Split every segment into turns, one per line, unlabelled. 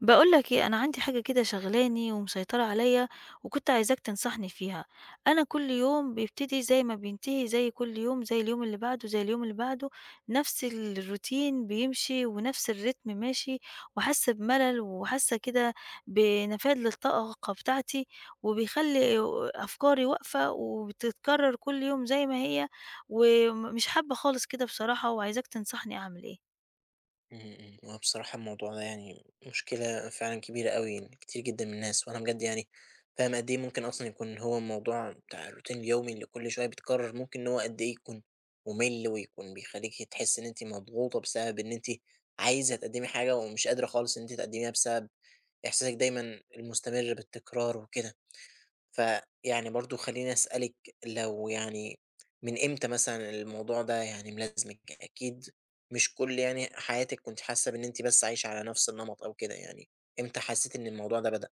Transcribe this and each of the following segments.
باقول لك إيه، أنا عندي حاجة كده شاغلاني ومسيطرة عليّا، وكنت عايزاك تنصحني فيها. أنا كل يوم بيبتدي زي ما بينتهي، زي كل يوم، زي اليوم اللي بعده، زي اليوم اللي بعده، نفس الروتين بيمشي ونفس الريتم ماشي، وحاسة بملل وحاسة كده بنفاد للطاقة بتاعتي، وبيخلّي أفكاري واقفة وبتتكرر كل يوم زي ما هي، مش حابة خالص كده بصراحة، وعايزاك تنصحني أعمل إيه.
إمم، إمم. هو بصراحة الموضوع ده يعني مشكلة فعلًا كبيرة أوي يعني كتير جدًا من الناس، وأنا بجد يعني فاهم قد إيه ممكن أصلًا يكون هو الموضوع بتاع الroutine اليومي اللي كل شوية بيتكرر، ممكن إن هو قد إيه يكون مُمِل ويكون بيخلّيكِ تحسّي إن أنتِ مضغوطة بسبب إن أنتِ عايزة تقدّمي حاجة ومش قادرة خالص إن أنتِ تقدّميها بسبب إحساسِك دايمًا المستمر بالتكرار وكده. فيعني برضه خلّيني أسألِك لو يعني من إمتى مثلًا الموضوع ده يعني ملازمِك؟ أكيد مش كل يعني حياتِك كنتِ حاسة بإن أنتِ بس عايشة على نفس النمط أو كده يعني، إمتى حسيتِ إن الموضوع ده بدأ؟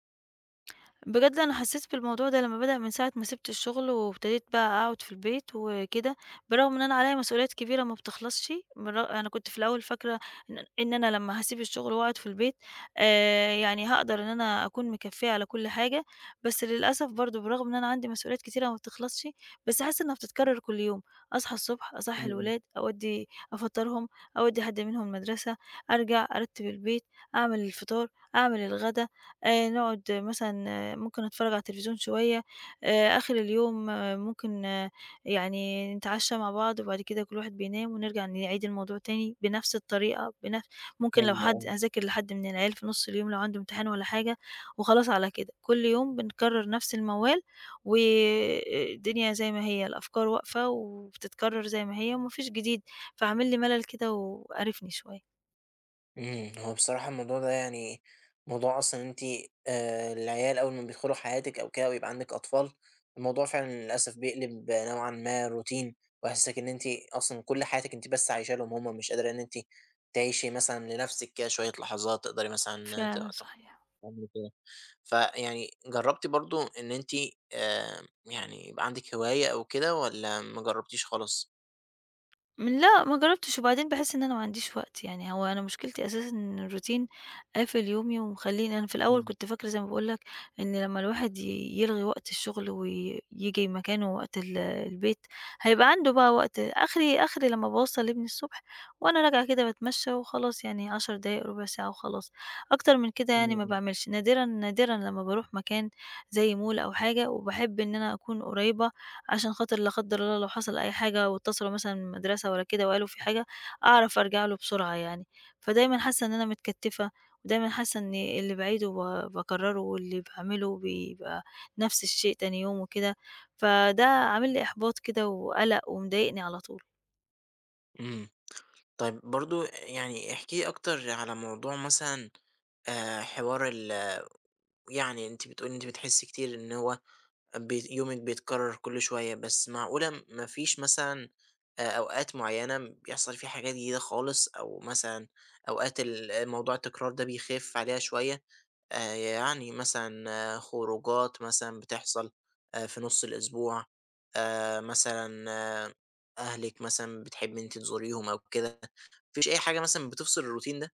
بجد أنا حسيت بالموضوع ده لمّا بدأ من ساعة ما سِبت الشغل، وابتديت بقى أقعد في البيت وكده، بالرغم إن أنا عليّا مسؤوليات كبيرة ما بتخلصش. أنا كنت في الأول فاكرة إن أنا لمّا هاسيب الشغل وأقعد في البيت، يعني هاقدر إن أنا أكون مكفّية على كل حاجة، بس للأسف برضه بالرغم إن أنا عندي مسؤوليات كتيرة ما بتخلصش، بس حاسة إنها بتتكرر كل يوم، أصحى الصبح، أصحّي
إمم، إمم،
الولاد، أودّي أفطّرهم، أودّي حد منهم المدرسة، أرجع أرتّب البيت، أعمل الفطار، أعمل الغدا، نقعد مثلًا ممكن أتفرّج على التلفزيون شوية، آخر اليوم، ممكن، يعني نتعشّى مع بعض وبعد كده كل واحد بينام ونرجع نعيد الموضوع تاني بنفس الطريقة، ممكن لو
أيوه،
حد
آه.
أذاكر لحد من العيال في نُص اليوم لو عنده امتحان والّا حاجة وخلاص على كده، كل يوم بنكرّر نفس الموال و الدنيا زي ما هي، الأفكار واقفة وبتتكرّر زي ما هي وما فيش جديد، فعامل لي ملل كده وقارفني شوية.
هو بصراحة الموضوع ده يعني موضوع أصلًا إن أنتِ العيال أول ما بيدخلوا حياتِك أو كده ويبقى عندِك أطفال، الموضوع فعلًا للأسف بيقلب نوعًا ما روتين، ويحسسِك إن أنتِ أصلًا كل حياتِك أنتِ بس عايشة لهم هُم، مش قادرة إن أنتِ تعيشي مثلًا لنفسِك كده شوية لحظات تقدري مثلًا ت
فعلًا
تخ
صحيح.
تعملي كده. فيعني جربتِ برضه إن أنتِ يعني يبقى عندِك هواية أو كده والّا ما جربتيش خالص؟
لأ، ما جرّبتش، وبعدين باحس إن أنا ما عنديش وقت، يعني هو أنا مشكلتي أساسًا إن الروتين قافل يومي ومخلّيني أنا في الأول
إمم،
كنت فاكرة زي ما باقول لك إن لمّا الواحد يلغي وقت الشغل وييجي مكانه وقت ال البيت، هيبقى عنده بقى وقت آخري آخري لمّا باوصّل لابني الصبح وأنا راجعة كده باتمشى وخلاص يعني 10 دقايق، ربع ساعة وخلاص، أكتر من كده
إمم،
يعني ما
إمم.
باعملش، نادرًا، نادرًا لمّا باروح مكان زي mall أو حاجة، وباحب إن أنا أكون قريّبة عشان خاطر لا قدّر الله لو حصل أي حاجة واتصلوا مثلًا من المدرسة والّا كده وقالوا في حاجة، أعرف أرجع له بسرعة يعني. فدايمًا حاسة إن أنا متكتّفة، ودايمًا حاسة إن اللي باعيده باكرّره واللي باعمله بيبقى نفس الشيء تاني يوم وكده، فده عامل لي إحباط كده وقلق ومضايقني على طول.
إمم. طيب برضه يعني احكي لي أكتر على موضوع مثلًا حوار ال يعني أنتِ بتقولي أنتِ بتحسّي كتير إن هو بي يومِك بيتكرر كل شوية، بس معقولة ما فيش مثلًا أوقات معيّنة بيحصل فيها حاجات جديدة خالص، أو مثلًا أوقات ال موضوع التكرار ده بيخف عليها شوية؟ يعني مثلًا خروجات مثلًا بتحصل في نُص الأسبوع، مثلًا آه، أهلِك مثلًا بتحبّي إن أنتِ تزوريهم أو كده؟ ما فيش أي حاجة مثلًا بتفصل الروتين ده؟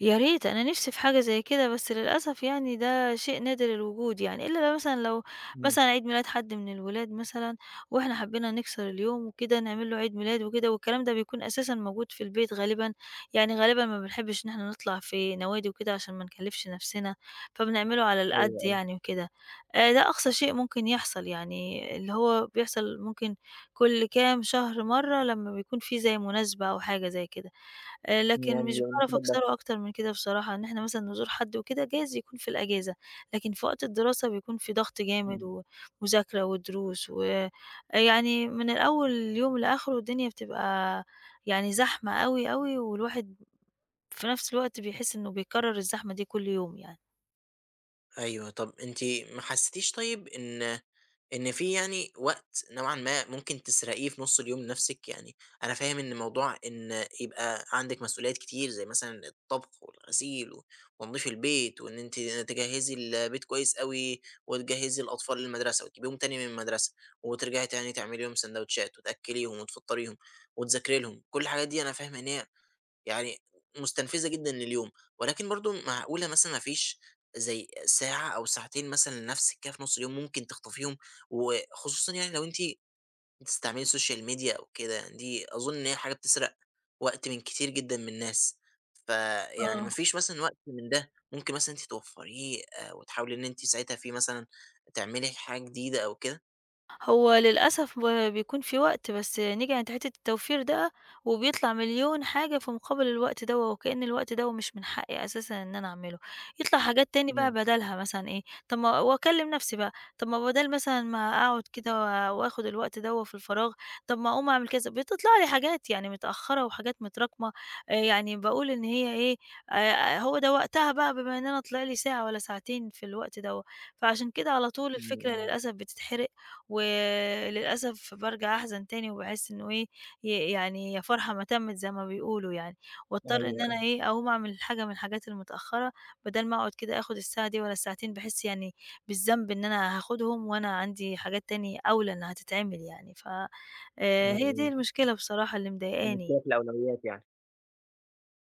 يا ريت أنا نِفْسي في حاجة زي كده، بس للأسف يعني ده شيء نادر الوجود يعني، إلا لو مثلًا
إمم،
عيد ميلاد حد من الولاد مثلًا، وإحنا حبينا نكسر اليوم وكده نعمل له عيد ميلاد وكده، والكلام ده بيكون أساسًا موجود في البيت غالبًا، يعني غالبًا ما بنحبش إن إحنا نطلع في نوادي وكده عشان ما نكلّفش نَفْسنا، فبنعمله على
أيوه،
القد
أيوه،
يعني وكده. ده أقصى شيء ممكن يحصل يعني، اللي هو بيحصل ممكن كل كام شهر مرّة لمّا بيكون في زي مناسبة أو حاجة زي كده.
يعني
لكن مش باعرف
المناسبات
أكسره
بس،
أكتر من كده بصراحة، إن إحنا مثلًا نزور حد وكده جايز يكون في الأجازة، لكن في وقت الدراسة بيكون في ضغط جامد
إمم.
ومذاكرة ودروس يعني من الأول اليوم لآخره الدنيا بتبقى يعني زحمة أوي، أوي والواحد في نفس الوقت بيحس إنه بيكرر الزحمة دي كل يوم يعني.
أيوه، طب أنتِ ما حسيتيش طيب إن في يعني وقت نوعًا ما ممكن تسرقيه في نُص اليوم لنفسِك؟ يعني أنا فاهم إن موضوع إن يبقى عندِك مسؤوليات كتير زي مثلًا الطبخ والغسيل و وتنضيف البيت وإن أنتِ تجهّزي البيت كويس أوي وتجهّزي الأطفال للمدرسة وتجيبيهم تاني من المدرسة وترجعي تاني تعملي لهم سندوتشات وتأكّليهم وتفطّريهم وتذاكري لهم، كل الحاجات دي أنا فاهم إن هي يعني مستنفذة جدًا لليوم، ولكن برضه معقولة مثلًا ما فيش زي ساعة أو ساعتين مثلًا لنفسِك كده في نُص اليوم ممكن تخطفيهم، وخصوصًا يعني لو أنتِ بتستعملي السوشيال ميديا أو كده يعني دي أظن إن هي حاجة بتسرق وقت من كتير جدًا من الناس، فيعني ما
آه.
فيش مثلًا وقت من ده ممكن مثلًا أنتِ توفّريه وتحاولي إن أنتِ ساعتها فيه مثلًا تعملي حاجة جديدة أو كده؟
هو للأسف بيكون في وقت، بس نيجي عند حتّة التوفير ده، وبيطلع مليون حاجة في مقابل الوقت دوّة، وكأن الوقت دوّة مش من حقي أساسًا إن أنا أعمله، يطلع حاجات تاني
إمم،
بقى بدالها مثلًا إيه، طب ما وأكلم نفسي بقى، طب ما بدال مثلًا ما أقعد كده وآخد الوقت دوّة في الفراغ، طب ما أقوم أعمل كذا، بتطلع لي حاجات يعني متأخرة وحاجات متراكمة، يعني باقول إن هي إيه، هو ده وقتها بقى بما إن أنا طلع لي ساعة والّا ساعتين في الوقت دوّة، فعشان كده على طول
إمم،
الفكرة
إمم،
للأسف بتتحرق وللأسف بارجع أحزن تاني وباحس إنه إيه، يعني يا فرحة ما تمِّت زي ما بيقولوا يعني،
أيوه،
وأضطر إن
أيوه،
أنا إيه، أقوم أعمل حاجة من الحاجات المتأخّرة، بدل ما أقعد كده آخُد الساعة دي ولا الساعتين، باحس يعني بالذنب إن أنا هاخدهم وأنا عندي حاجات تانية أولى إنها تتعمل يعني، ف
إمم،
إمم. هي دي
إمم،
المشكلة بصراحة اللي مضايقاني.
المشكلة في الأولويات يعني.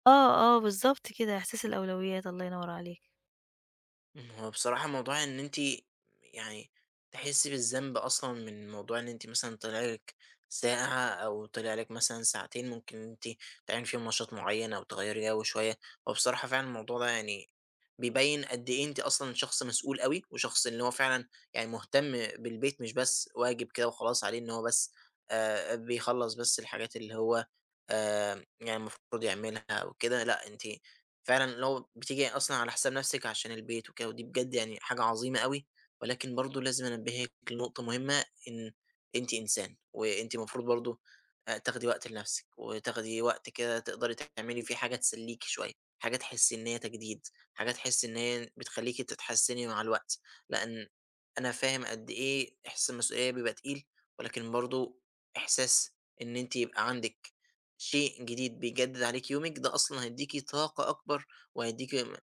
آه، آه، بالضبط كده، إحساس الأولويات، الله ينوّر عليك.
هو بصراحة موضوع إن أنتِ يعني تحسّي بالذنب أصلًا من موضوع إن أنتِ مثلًا طلع لِك ساعة أو طلع لِك مثلًا ساعتين ممكن إن أنتِ تعملي فيهم نشاط معيّن أو تغيّري جو شوية، هو بصراحة فعلًا الموضوع ده يعني بيبيّن قد إيه أنتِ أصلًا شخص مسؤول أوي، وشخص اللي هو فعلًا يعني مهتم بالبيت مش بس واجب كده وخلاص عليه إن هو بس بيخلّص بس الحاجات اللي هو يعني المفروض يعملها أو كده، لأ أنتِ فعلًا اللي هو بتيجي أصلًا على حساب نَفْسِك عشان البيت وكده، ودي بجد يعني حاجة عظيمة أوي، ولكن برضه لازم أنبّهِك لنقطة مهمة، إن أنتِ إنسان، وأنتِ المفروض برضه تاخدي وقت لنَفْسِك، وتاخدي وقت كده تقدري تعملي فيه حاجة تسلّيكِ شوية، حاجة تحسّي إن هي تجديد، حاجة تحسّي إن هي بتخلّيكِ تتحسّني مع الوقت، لإن أنا فاهم قد إيه إحساس المسؤولية بيبقى تقيل، ولكن برضه إحساس إن أنتِ يبقى عندِك شيء جديد بيجدد عليكِ يومِك، ده أصلًا هيدّيكِ طاقة أكبر، وهيدّيكِ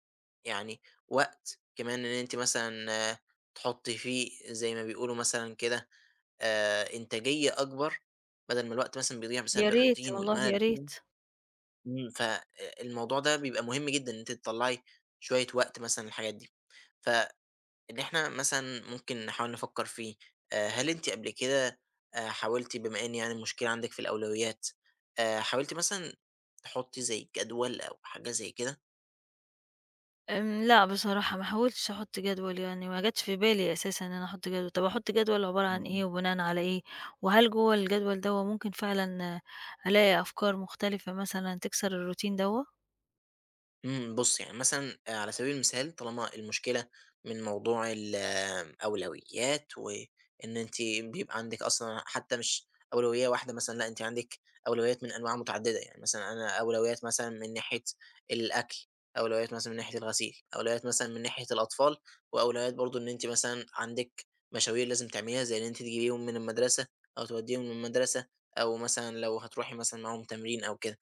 يعني وقت كمان إن أنتِ مثلًا تحطّي فيه زي ما بيقولوا مثلًا كده إنتاجية أكبر، بدل ما الوقت مثلًا بيضيع
يا
بسبب
ريت،
الروتين
والله
والملل
يا ريت.
وكده. فالموضوع ده بيبقى مهم جدًا إن أنتِ تطلّعي شوية وقت مثلًا للحاجات دي. ف اللي إحنا مثلًا ممكن نحاول نفكّر فيه، هل أنتِ قبل كده حاولتِ بما إن يعني المشكلة عندِك في الأولويات، حاولتِ مثلًا تحطّي زي جدول أو حاجة زي كده؟
لأ بصراحة ما حاولتش أحط جدول يعني، ما جاتش في بالي أساسًا إن أنا أحط جدول. طب أحط جدول عبارة عن إيه وبناءً على إيه؟ وهل جوّه الجدول دوّة ممكن فعلًا آه، ألاقي أفكار مختلفة مثلًا تكسر الروتين دوّة؟
بُص يعني مثلًا على سبيل المثال طالما المشكلة من موضوع ال أولويات، وإن أنتِ بيبقى عندِك أصلًا حتى مش أولوية واحدة مثلًا، لأ أنتِ عندِك أولويات من أنواع متعددة، يعني مثلًا أنا أولويات مثلًا من ناحية الأكل، أولويات مثلًا من ناحية الغسيل، أولويات مثلًا من ناحية الأطفال، وأولويات برضه إن أنتِ مثلًا عندِك مشاوير لازم تعمليها، زي إن أنتِ تجيبيهم من المدرسة أو توديهم من المدرسة، أو مثلًا لو هتروحي مثلًا معاهم تمرين أو كده.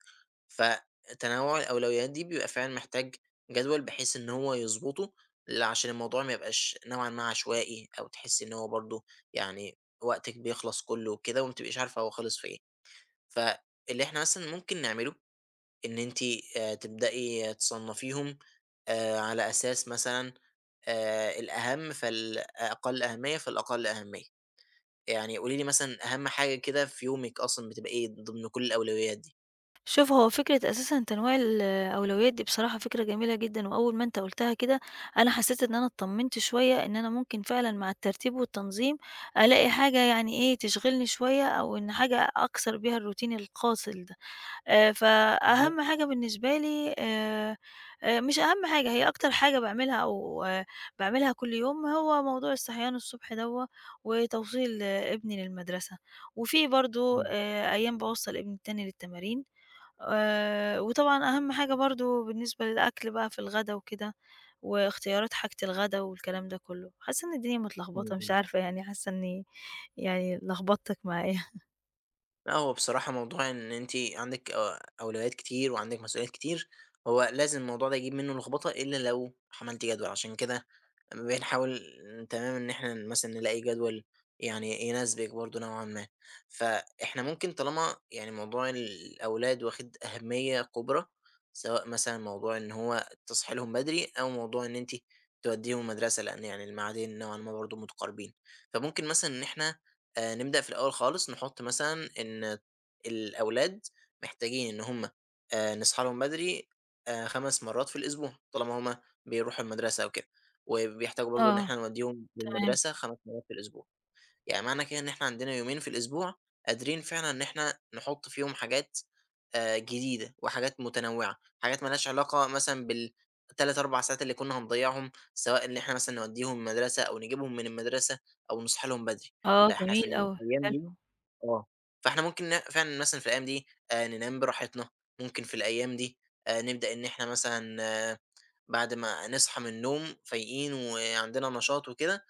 فتنوع الأولويات دي بيبقى فعلًا محتاج جدول بحيث إن هو يضبطه، ل عشان الموضوع ما يبقاش نوعًا ما عشوائي، أو تحسّي إن هو برضه يعني وقتِك بيخلص كلّه وكده، وما بتبقيش عارفة هو خلص في إيه. فاللي إحنا مثلًا ممكن نعمله، إن أنتِ تبدئي تصنّفيهم على أساس مثلًا الأهم فالأقل أهمية، فالأقل أهمية. يعني قولي لي مثلًا أهم حاجة كده في يومِك أصلًا بتبقى إيه ضمن كل الأولويات دي؟
شوف هو فكرة أساسًا تنويع الأولويات دي بصراحة فكرة جميلة جدًا، وأول ما أنت قُلتها كده أنا حسيت إن أنا اتطمنت شوية إن أنا ممكن فعلًا مع الترتيب والتنظيم ألاقي حاجة يعني إيه تشغلني شوية، أو إن حاجة أكسر بيها الروتين القاتل ده.
بالضبط،
فأهم حاجة بالنسبة لي مش أهم حاجة، هي أكتر حاجة باعملها أو باعملها كل يوم هو موضوع الصحيان الصبح دوّة وتوصيل آه، ابني للمدرسة، وفي برضه
إمم،
أيام باوصّل ابني التاني للتمارين، وطبعًا أهم حاجة برضه بالنسبة للأكل بقى في الغدا وكده، واختيارات حاجة الغدا والكلام ده كُلّه. حاسّة إن الدنيا
إمم،
متلخبطة مش
إمم.
عارفة يعني حاسّة إنّي يعني لخبطتك معايا.
لأ، هو بصراحة موضوع إن أنتِ عندِك أولويات كتير وعندِك مسؤوليات كتير، هو لازم الموضوع ده يجيب منه لخبطة إلا لو عملتِ جدول، عشان كده بنحاول تمام إن إحنا مثلًا نلاقي جدول يعني يناسبِك برضه نوعًا ما. فإحنا ممكن طالما يعني موضوع الأولاد واخد أهمية كبرى، سواء مثلًا موضوع إن هو تصحي لهم بدري أو موضوع إن أنتِ توديهم المدرسة، لأن يعني الميعادين نوعًا ما برضه متقاربين. فممكن مثلًا إن إحنا نبدأ في الأول خالص نحُط مثلًا إن الأولاد محتاجين إن هم نصحى لهم بدري 5 مرّات في الأسبوع، طالما هم بيروحوا المدرسة أو كده، وبيحتاجوا برضه إن
آه،
إحنا نودّيهم
تمام.
للمدرسة 5 مرّات في الأسبوع. يعني معنى كده إن إحنا عندنا يومين في الأسبوع قادرين فعلًا إن إحنا نحُط فيهم حاجات جديدة وحاجات متنوّعة، حاجات ما لهاش علاقة مثلًا بال3، 4 ساعات اللي كنا هنضيّعهم، سواء إن إحنا مثلًا نودّيهم المدرسة أو نجيبهم من المدرسة أو نصحى لهم بدري،
آه،
لأ إحنا في
جميل أوي،
الأيام
حلو.
دي آه، فإحنا ممكن فعلًا مثلًا في الأيام دي ننام براحتنا، ممكن في الأيام دي نبدأ إن إحنا مثلًا آه، بعد ما نصحى من النوم فايقين وعندنا نشاط وكده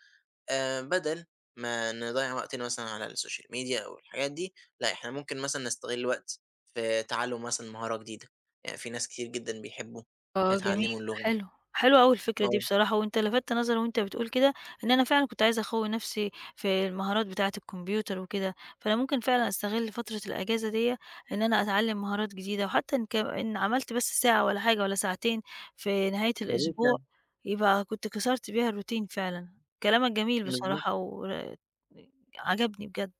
بدل ما نضيّع وقتنا مثلًا على السوشيال ميديا أو الحاجات دي، لأ إحنا ممكن مثلًا نستغل الوقت في تعلُّم مثلًا مهارة جديدة، يعني في ناس كتير جدًا بيحبّوا
آه جميل،
يتعلّموا اللغة
حلو، حلوة أوي الفكرة دي
آه،
بصراحة، وأنت لفتت نظري وأنت بتقول كده إن أنا فعلًا كنت عايزة أقوّي نفسي في المهارات بتاعة الكمبيوتر وكده، فأنا ممكن فعلًا أستغل فترة الأجازة ديّة إن أنا أتعلّم مهارات جديدة، وحتى إن عملت بس ساعة والّا حاجة والّا ساعتين في نهاية
يا ريت
الأسبوع،
يعني،
يبقى كنت كسرت بيها الروتين فعلًا. كلامك جميل
بالضبط،
بصراحة، عجبني بجد،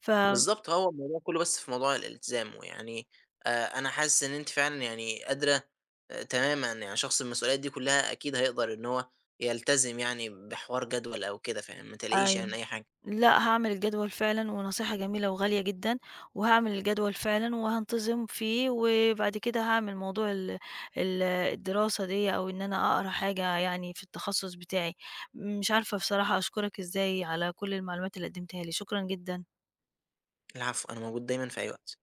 ف
بالضبط هو الموضوع كلّه بس في موضوع الالتزام، ويعني أنا حاسس إن أنتِ فعلًا يعني قادرة تمامًا، يعني شخص المسؤوليات دي كلّها أكيد هيقدر إن هو يلتزم يعني بحوار جدول أو كده، فما تقلقيش يعني
أيوه.
من أي حاجة،
لأ، هاعمل الجدول فعلًا ونصيحة جميلة وغالية جدًا، وهاعمل الجدول فعلًا وهانتظم فيه، وبعد كده هاعمل موضوع ال ال الدراسة ديّة أو إن أنا أقرا حاجة يعني في التخصص بتاعي. مش عارفة بصراحة أشكرك إزاي على كل المعلومات اللي قدمتها لي، شكرًا جدًا.
العفو أنا موجود دايمًا في أي وقت.